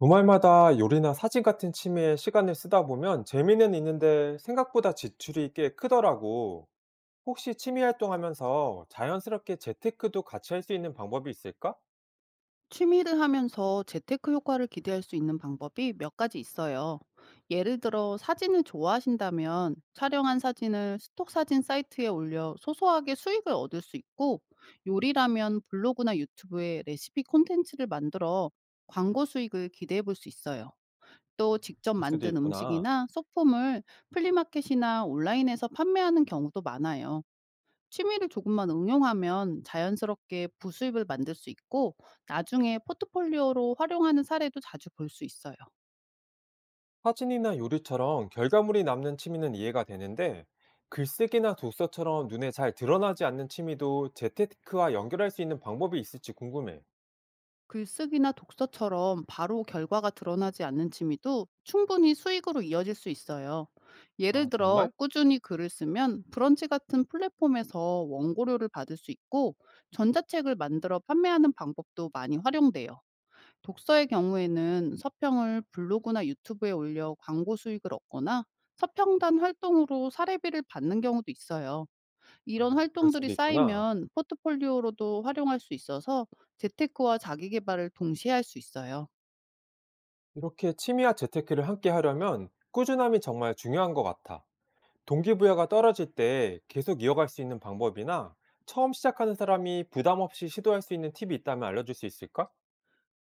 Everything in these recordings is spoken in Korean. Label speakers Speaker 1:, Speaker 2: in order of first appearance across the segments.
Speaker 1: 주말마다 요리나 사진 같은 취미에 시간을 쓰다 보면 재미는 있는데 생각보다 지출이 꽤 크더라고. 혹시 취미 활동하면서 자연스럽게 재테크도 같이 할 수 있는 방법이 있을까?
Speaker 2: 취미를 하면서 재테크 효과를 기대할 수 있는 방법이 몇 가지 있어요. 예를 들어 사진을 좋아하신다면 촬영한 사진을 스톡 사진 사이트에 올려 소소하게 수익을 얻을 수 있고, 요리라면 블로그나 유튜브에 레시피 콘텐츠를 만들어 광고 수익을 기대해 볼 수 있어요. 또 직접
Speaker 1: 그럴 수도
Speaker 2: 만든
Speaker 1: 있구나.
Speaker 2: 음식이나 소품을 플리마켓이나 온라인에서 판매하는 경우도 많아요. 취미를 조금만 응용하면 자연스럽게 부수입을 만들 수 있고, 나중에 포트폴리오로 활용하는 사례도 자주 볼 수 있어요.
Speaker 1: 사진이나 요리처럼 결과물이 남는 취미는 이해가 되는데 글쓰기나 독서처럼 눈에 잘 드러나지 않는 취미도 재테크와 연결할 수 있는 방법이 있을지 궁금해.
Speaker 2: 글쓰기나 독서처럼 바로 결과가 드러나지 않는 취미도 충분히 수익으로 이어질 수 있어요. 예를
Speaker 1: 아,
Speaker 2: 들어
Speaker 1: 정말?
Speaker 2: 꾸준히 글을 쓰면 브런치 같은 플랫폼에서 원고료를 받을 수 있고, 전자책을 만들어 판매하는 방법도 많이 활용돼요. 독서의 경우에는 서평을 블로그나 유튜브에 올려 광고 수익을 얻거나 서평단 활동으로 사례비를 받는 경우도 있어요. 이런
Speaker 1: 그럴
Speaker 2: 활동들이
Speaker 1: 수도 있구나.
Speaker 2: 쌓이면 포트폴리오로도 활용할 수 있어서 재테크와 자기개발을 동시에 할 수 있어요.
Speaker 1: 이렇게 취미와 재테크를 함께 하려면 꾸준함이 정말 중요한 것 같아. 동기부여가 떨어질 때 계속 이어갈 수 있는 방법이나 처음 시작하는 사람이 부담 없이 시도할 수 있는 팁이 있다면 알려줄 수 있을까?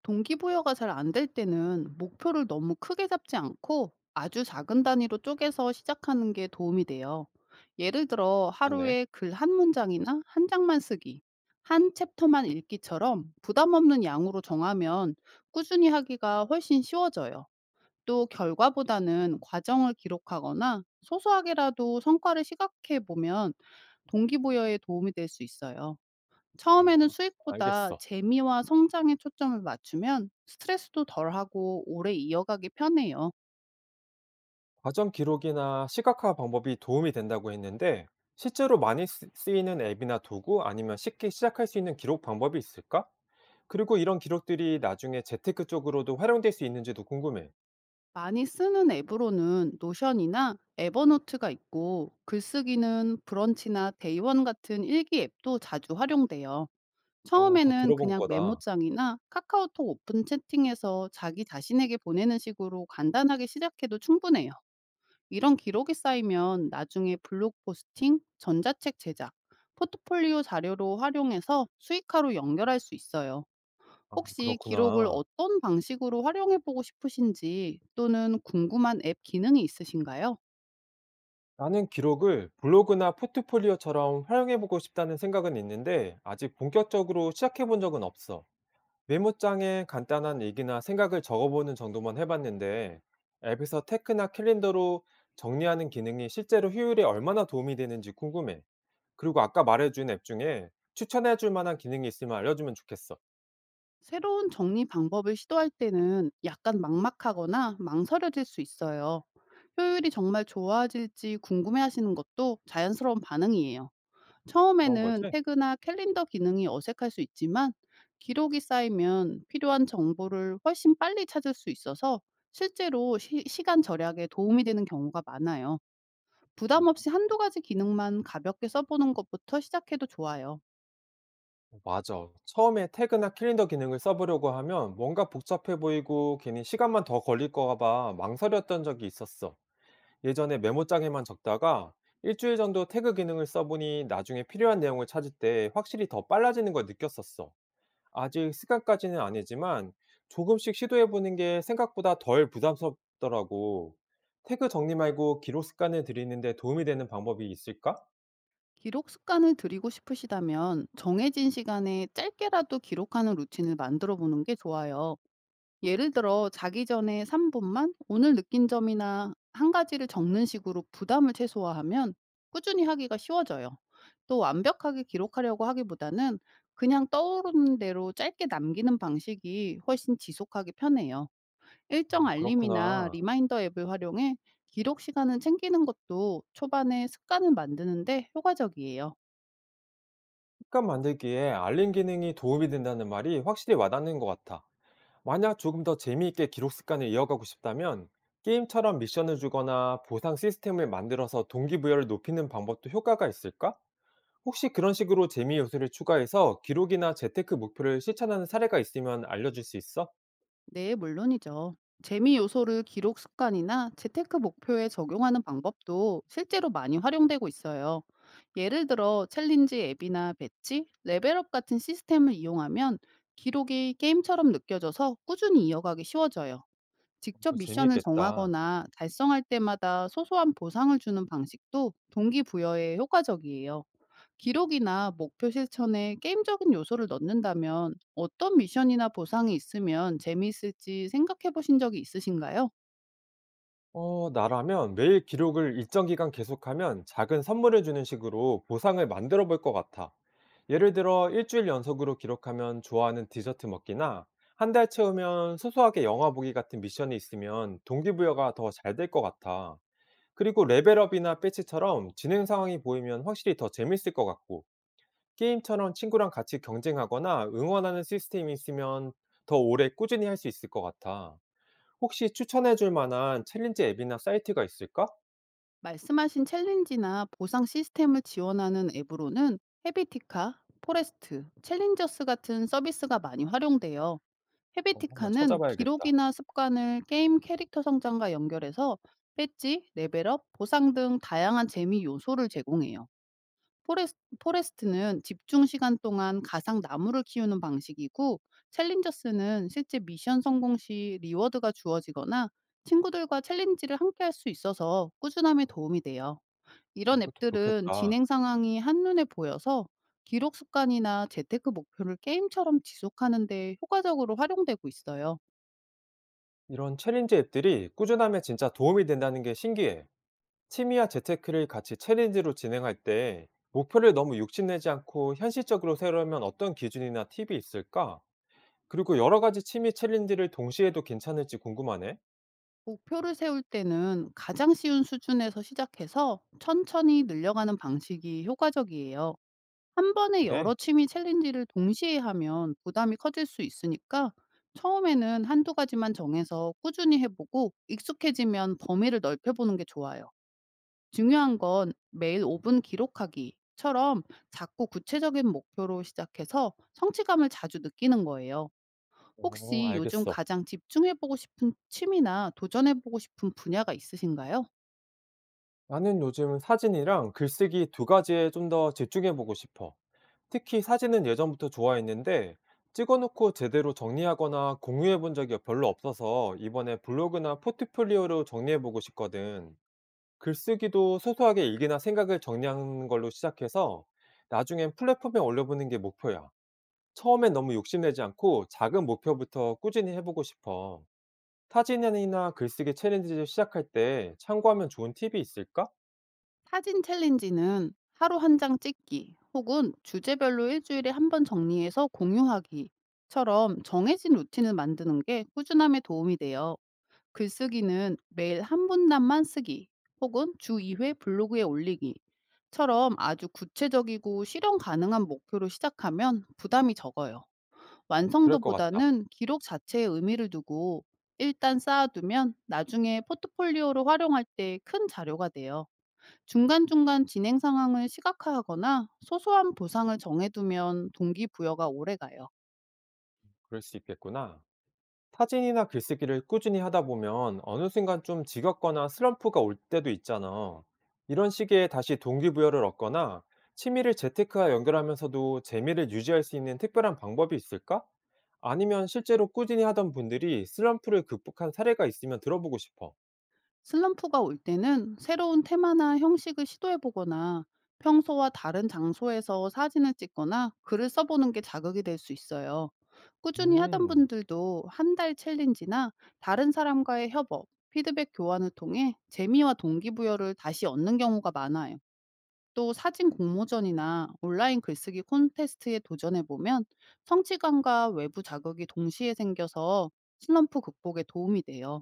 Speaker 2: 동기부여가 잘 안 될 때는 목표를 너무 크게 잡지 않고, 아주 작은 단위로 쪼개서 시작하는 게 도움이 돼요. 예를 들어
Speaker 1: 그렇네.
Speaker 2: 하루에 글 한 문장이나 한 장만 쓰기, 한 챕터만 읽기처럼 부담 없는 양으로 정하면 꾸준히 하기가 훨씬 쉬워져요. 또 결과보다는 과정을 기록하거나 소소하게라도 성과를 시각해 보면 동기부여에 도움이 될 수 있어요.
Speaker 1: 아,
Speaker 2: 처음에는 수익보다
Speaker 1: 알겠어.
Speaker 2: 재미와 성장에 초점을 맞추면 스트레스도 덜하고 오래 이어가기 편해요.
Speaker 1: 과정 기록이나 시각화 방법이 도움이 된다고 했는데 실제로 많이 쓰이는 앱이나 도구 아니면 쉽게 시작할 수 있는 기록 방법이 있을까? 그리고 이런 기록들이 나중에 재테크 쪽으로도 활용될 수 있는지도 궁금해.
Speaker 2: 많이 쓰는 앱으로는 노션이나 에버노트가 있고, 글쓰기는 브런치나 데이원 같은 일기 앱도 자주 활용돼요.
Speaker 1: 어, 다
Speaker 2: 처음에는
Speaker 1: 들어본
Speaker 2: 그냥
Speaker 1: 거다.
Speaker 2: 메모장이나 카카오톡 오픈 채팅에서 자기 자신에게 보내는 식으로 간단하게 시작해도 충분해요. 이런 기록이 쌓이면 나중에 블로그 포스팅, 전자책 제작, 포트폴리오 자료로 활용해서 수익화로 연결할 수 있어요.
Speaker 1: 아,
Speaker 2: 혹시 기록을
Speaker 1: 그렇구나.
Speaker 2: 어떤 방식으로 활용해 보고 싶으신지, 또는 궁금한 앱 기능이 있으신가요?
Speaker 1: 나는 기록을 블로그나 포트폴리오처럼 활용해보고 싶다는 생각은 있는데 아직 본격적으로 시작해본 적은 없어. 메모장에 간단한 얘기나 생각을 적어보는 정도만 해봤는데 앱에서 테크나 캘린더로 정리하는 기능이 실제로 효율에 얼마나 도움이 되는지 궁금해. 그리고 아까 말해준 앱 중에 추천해줄 만한 기능이 있으면 알려주면 좋겠어.
Speaker 2: 새로운 정리 방법을 시도할 때는 약간 막막하거나 망설여질 수 있어요. 효율이 정말 좋아질지 궁금해 하시는 것도 자연스러운 반응이에요.
Speaker 1: 그런
Speaker 2: 처음에는
Speaker 1: 거지?
Speaker 2: 태그나 캘린더 기능이 어색할 수 있지만, 기록이 쌓이면 필요한 정보를 훨씬 빨리 찾을 수 있어서 실제로 시간 절약에 도움이 되는 경우가 많아요. 부담 없이 한두 가지 기능만 가볍게 써보는 것부터 시작해도 좋아요.
Speaker 1: 어, 맞아. 처음에 태그나 캘린더 기능을 써보려고 하면 뭔가 복잡해 보이고 괜히 시간만 더 걸릴까 봐 망설였던 적이 있었어. 예전에 메모장에만 적다가 일주일 정도 태그 기능을 써보니 나중에 필요한 내용을 찾을 때 확실히 더 빨라지는 걸 느꼈었어. 아직 습관까지는 아니지만 조금씩 시도해보는 게 생각보다 덜 부담스럽더라고. 태그 정리 말고 기록 습관을 들이는데 도움이 되는 방법이 있을까?
Speaker 2: 기록 습관을 들이고 싶으시다면 정해진 시간에 짧게라도 기록하는 루틴을 만들어 보는 게 좋아요. 예를 들어 자기 전에 3 분만 오늘 느낀 점이나 한 가지를 적는 식으로 부담을 최소화하면 꾸준히 하기가 쉬워져요. 또 완벽하게 기록하려고 하기보다는 그냥 떠오르는 대로 짧게 남기는 방식이 훨씬 지속하기 편해요. 일정
Speaker 1: 아,
Speaker 2: 알림이나
Speaker 1: 그렇구나.
Speaker 2: 리마인더 앱을 활용해 기록 시간을 챙기는 것도 초반에 습관을 만드는 데 효과적이에요.
Speaker 1: 습관 만들기에 알림 기능이 도움이 된다는 말이 확실히 와닿는 것 같아. 만약 조금 더 재미있게 기록 습관을 이어가고 싶다면 게임처럼 미션을 주거나 보상 시스템을 만들어서 동기부여를 높이는 방법도 효과가 있을까? 혹시 그런 식으로 재미 요소를 추가해서 기록이나 재테크 목표를 실천하는 사례가 있으면 알려줄 수 있어? 어,
Speaker 2: 네, 물론이죠. 재미 요소를 기록 습관이나 재테크 목표에 적용하는 방법도 실제로 많이 활용되고 있어요. 예를 들어 챌린지 앱이나 배치, 레벨업 같은 시스템을 이용하면 기록이 게임처럼 느껴져서 꾸준히 이어가기 쉬워져요. 직접
Speaker 1: 그거
Speaker 2: 미션을
Speaker 1: 재미있겠다.
Speaker 2: 정하거나 달성할 때마다 소소한 보상을 주는 방식도 동기부여에 효과적이에요. 기록이나 목표 실천에 게임적인 요소를 넣는다면, 어떤 미션이나 보상이 있으면 재미있을지 생각해 보신 적이 있으신가요?
Speaker 1: 어, 나라면 매일 기록을 일정 기간 계속하면 작은 선물을 주는 식으로 보상을 만들어 볼 것 같아. 예를 들어, 일주일 연속으로 기록하면 좋아하는 디저트 먹기나 한 달 채우면 소소하게 영화 보기 같은 미션이 있으면 동기부여가 더 잘 될 것 같아. 그리고 레벨업이나 배치처럼 진행 상황이 보이면 확실히 더 재밌을 것 같고, 게임처럼 친구랑 같이 경쟁하거나 응원하는 시스템이 있으면 더 오래 꾸준히 할 수 있을 것 같아. 혹시 추천해 줄 만한 챌린지 앱이나 사이트가 있을까?
Speaker 2: 말씀하신 챌린지나 보상 시스템을 지원하는 앱으로는 헤비티카, 포레스트, 챌린저스 같은 서비스가 많이 활용돼요.
Speaker 1: 어, 한번
Speaker 2: 헤비티카는
Speaker 1: 찾아봐야겠다.
Speaker 2: 기록이나 습관을 게임 캐릭터 성장과 연결해서 배지, 레벨업, 보상 등 다양한 재미 요소를 제공해요. 포레스 포레스트는 집중 시간 동안 가상 나무를 키우는 방식이고, 챌린저스는 실제 미션 성공 시 리워드가 주어지거나 친구들과 챌린지를 함께 할 수 있어서 꾸준함에 도움이 돼요.
Speaker 1: 어,
Speaker 2: 이런
Speaker 1: 이것도
Speaker 2: 앱들은
Speaker 1: 좋겠다.
Speaker 2: 진행 상황이 한눈에 보여서 기록 습관이나 재테크 목표를 게임처럼 지속하는 데 효과적으로 활용되고 있어요.
Speaker 1: 이런 챌린지 앱들이 꾸준함에 진짜 도움이 된다는 게 신기해. 취미와 재테크를 같이 챌린지로 진행할 때 목표를 너무 육심내지 않고 현실적으로 세우려면 어떤 기준이나 팁이 있을까? 그리고 여러 가지 취미 챌린지를 동시에 해도 괜찮을지 궁금하네.
Speaker 2: 목표를 세울 때는 가장 쉬운 수준에서 시작해서 천천히 늘려가는 방식이 효과적이에요. 한 번에 여러
Speaker 1: 그래?
Speaker 2: 취미 챌린지를 동시에 하면 부담이 커질 수 있으니까, 처음에는 한두 가지만 정해서 꾸준히 해보고 익숙해지면 범위를 넓혀보는 게 좋아요. 중요한 건 매일 5분 기록하기처럼 작고 구체적인 목표로 시작해서 성취감을 자주 느끼는 거예요.
Speaker 1: 어,
Speaker 2: 혹시 요즘
Speaker 1: 알겠어.
Speaker 2: 가장 집중해보고 싶은 취미나 도전해보고 싶은 분야가 있으신가요?
Speaker 1: 나는 요즘 사진이랑 글쓰기 두 가지에 좀 더 집중해 보고 싶어. 특히 사진은 예전부터 좋아했는데 찍어놓고 제대로 정리하거나 공유해 본 적이 별로 없어서 이번에 블로그나 포트폴리오로 정리해 보고 싶거든. 글쓰기도 소소하게 일기나 생각을 정리하는 걸로 시작해서 나중엔 플랫폼에 올려보는 게 목표야. 처음엔 너무 욕심내지 않고 작은 목표부터 꾸준히 해보고 싶어. 사진이나 글쓰기 챌린지를 시작할 때 참고하면 좋은 팁이 있을까?
Speaker 2: 사진 챌린지는 하루 한 장 찍기 혹은 주제별로 일주일에 한 번 정리해서 공유하기처럼 정해진 루틴을 만드는 게 꾸준함에 도움이 돼요. 글쓰기는 매일 한 분단만 쓰기 혹은 주 2회 블로그에 올리기처럼 아주 구체적이고 실현 가능한 목표로 시작하면 부담이 적어요.
Speaker 1: 어, 그럴 것 같다.
Speaker 2: 완성도보다는 기록 자체에 의미를 두고 일단 쌓아두면 나중에 포트폴리오로 활용할 때 큰 자료가 돼요. 중간중간 진행 상황을 시각화하거나 소소한 보상을 정해두면 동기부여가 오래가요.
Speaker 1: 그럴 수 있겠구나. 사진이나 글쓰기를 꾸준히 하다 보면 어느 순간 좀 지겹거나 슬럼프가 올 때도 있잖아. 이런 시기에 다시 동기부여를 얻거나 취미를 재테크와 연결하면서도 재미를 유지할 수 있는 특별한 방법이 있을까? 아니면 실제로 꾸준히 하던 분들이 슬럼프를 극복한 사례가 있으면 들어보고 싶어.
Speaker 2: 슬럼프가 올 때는 새로운 테마나 형식을 시도해보거나 평소와 다른 장소에서 사진을 찍거나 글을 써보는 게 자극이 될 수 있어요. 꾸준히 하던
Speaker 1: 음,
Speaker 2: 분들도 한 달 챌린지나 다른 사람과의 협업, 피드백 교환을 통해 재미와 동기부여를 다시 얻는 경우가 많아요. 또 사진 공모전이나 온라인 글쓰기 콘테스트에 도전해 보면 성취감과 외부 자극이 동시에 생겨서 슬럼프 극복에 도움이 돼요.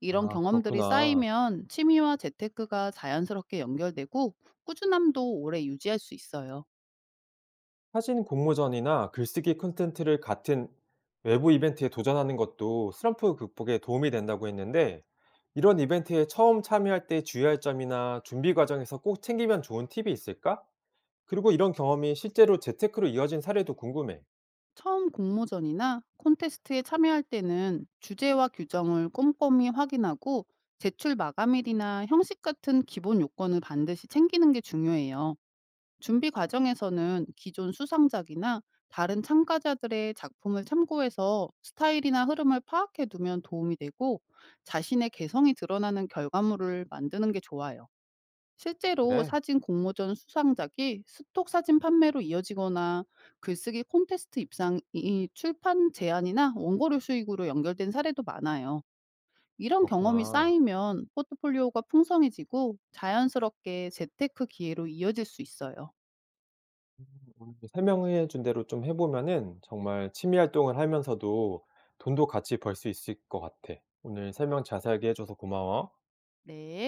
Speaker 2: 이런
Speaker 1: 아,
Speaker 2: 경험들이
Speaker 1: 그렇구나.
Speaker 2: 쌓이면 취미와 재테크가 자연스럽게 연결되고 꾸준함도 오래 유지할 수 있어요.
Speaker 1: 사진 공모전이나 글쓰기 콘텐츠를 같은 외부 이벤트에 도전하는 것도 슬럼프 극복에 도움이 된다고 했는데, 이런 이벤트에 처음 참여할 때 주의할 점이나 준비 과정에서 꼭 챙기면 좋은 팁이 있을까? 그리고 이런 경험이 실제로 재테크로 이어진 사례도 궁금해.
Speaker 2: 처음 공모전이나 콘테스트에 참여할 때는 주제와 규정을 꼼꼼히 확인하고, 제출 마감일이나 형식 같은 기본 요건을 반드시 챙기는 게 중요해요. 준비 과정에서는 기존 수상작이나 다른 참가자들의 작품을 참고해서 스타일이나 흐름을 파악해 두면 도움이 되고, 자신의 개성이 드러나는 결과물을 만드는 게 좋아요. 실제로
Speaker 1: 그래,
Speaker 2: 사진 공모전 수상작이 스톡 사진 판매로 이어지거나 글쓰기 콘테스트 입상이 출판 제안이나 원고료 수익으로 연결된 사례도 많아요. 이런 경험이
Speaker 1: 그렇구나.
Speaker 2: 쌓이면 포트폴리오가 풍성해지고 자연스럽게 재테크 기회로 이어질 수 있어요.
Speaker 1: 오늘 설명해 준 대로 좀 해보면은 정말 취미 활동을 하면서도 돈도 같이 벌 수 있을 것 같아. 오늘 설명 자세하게 해줘서 고마워.
Speaker 2: 네.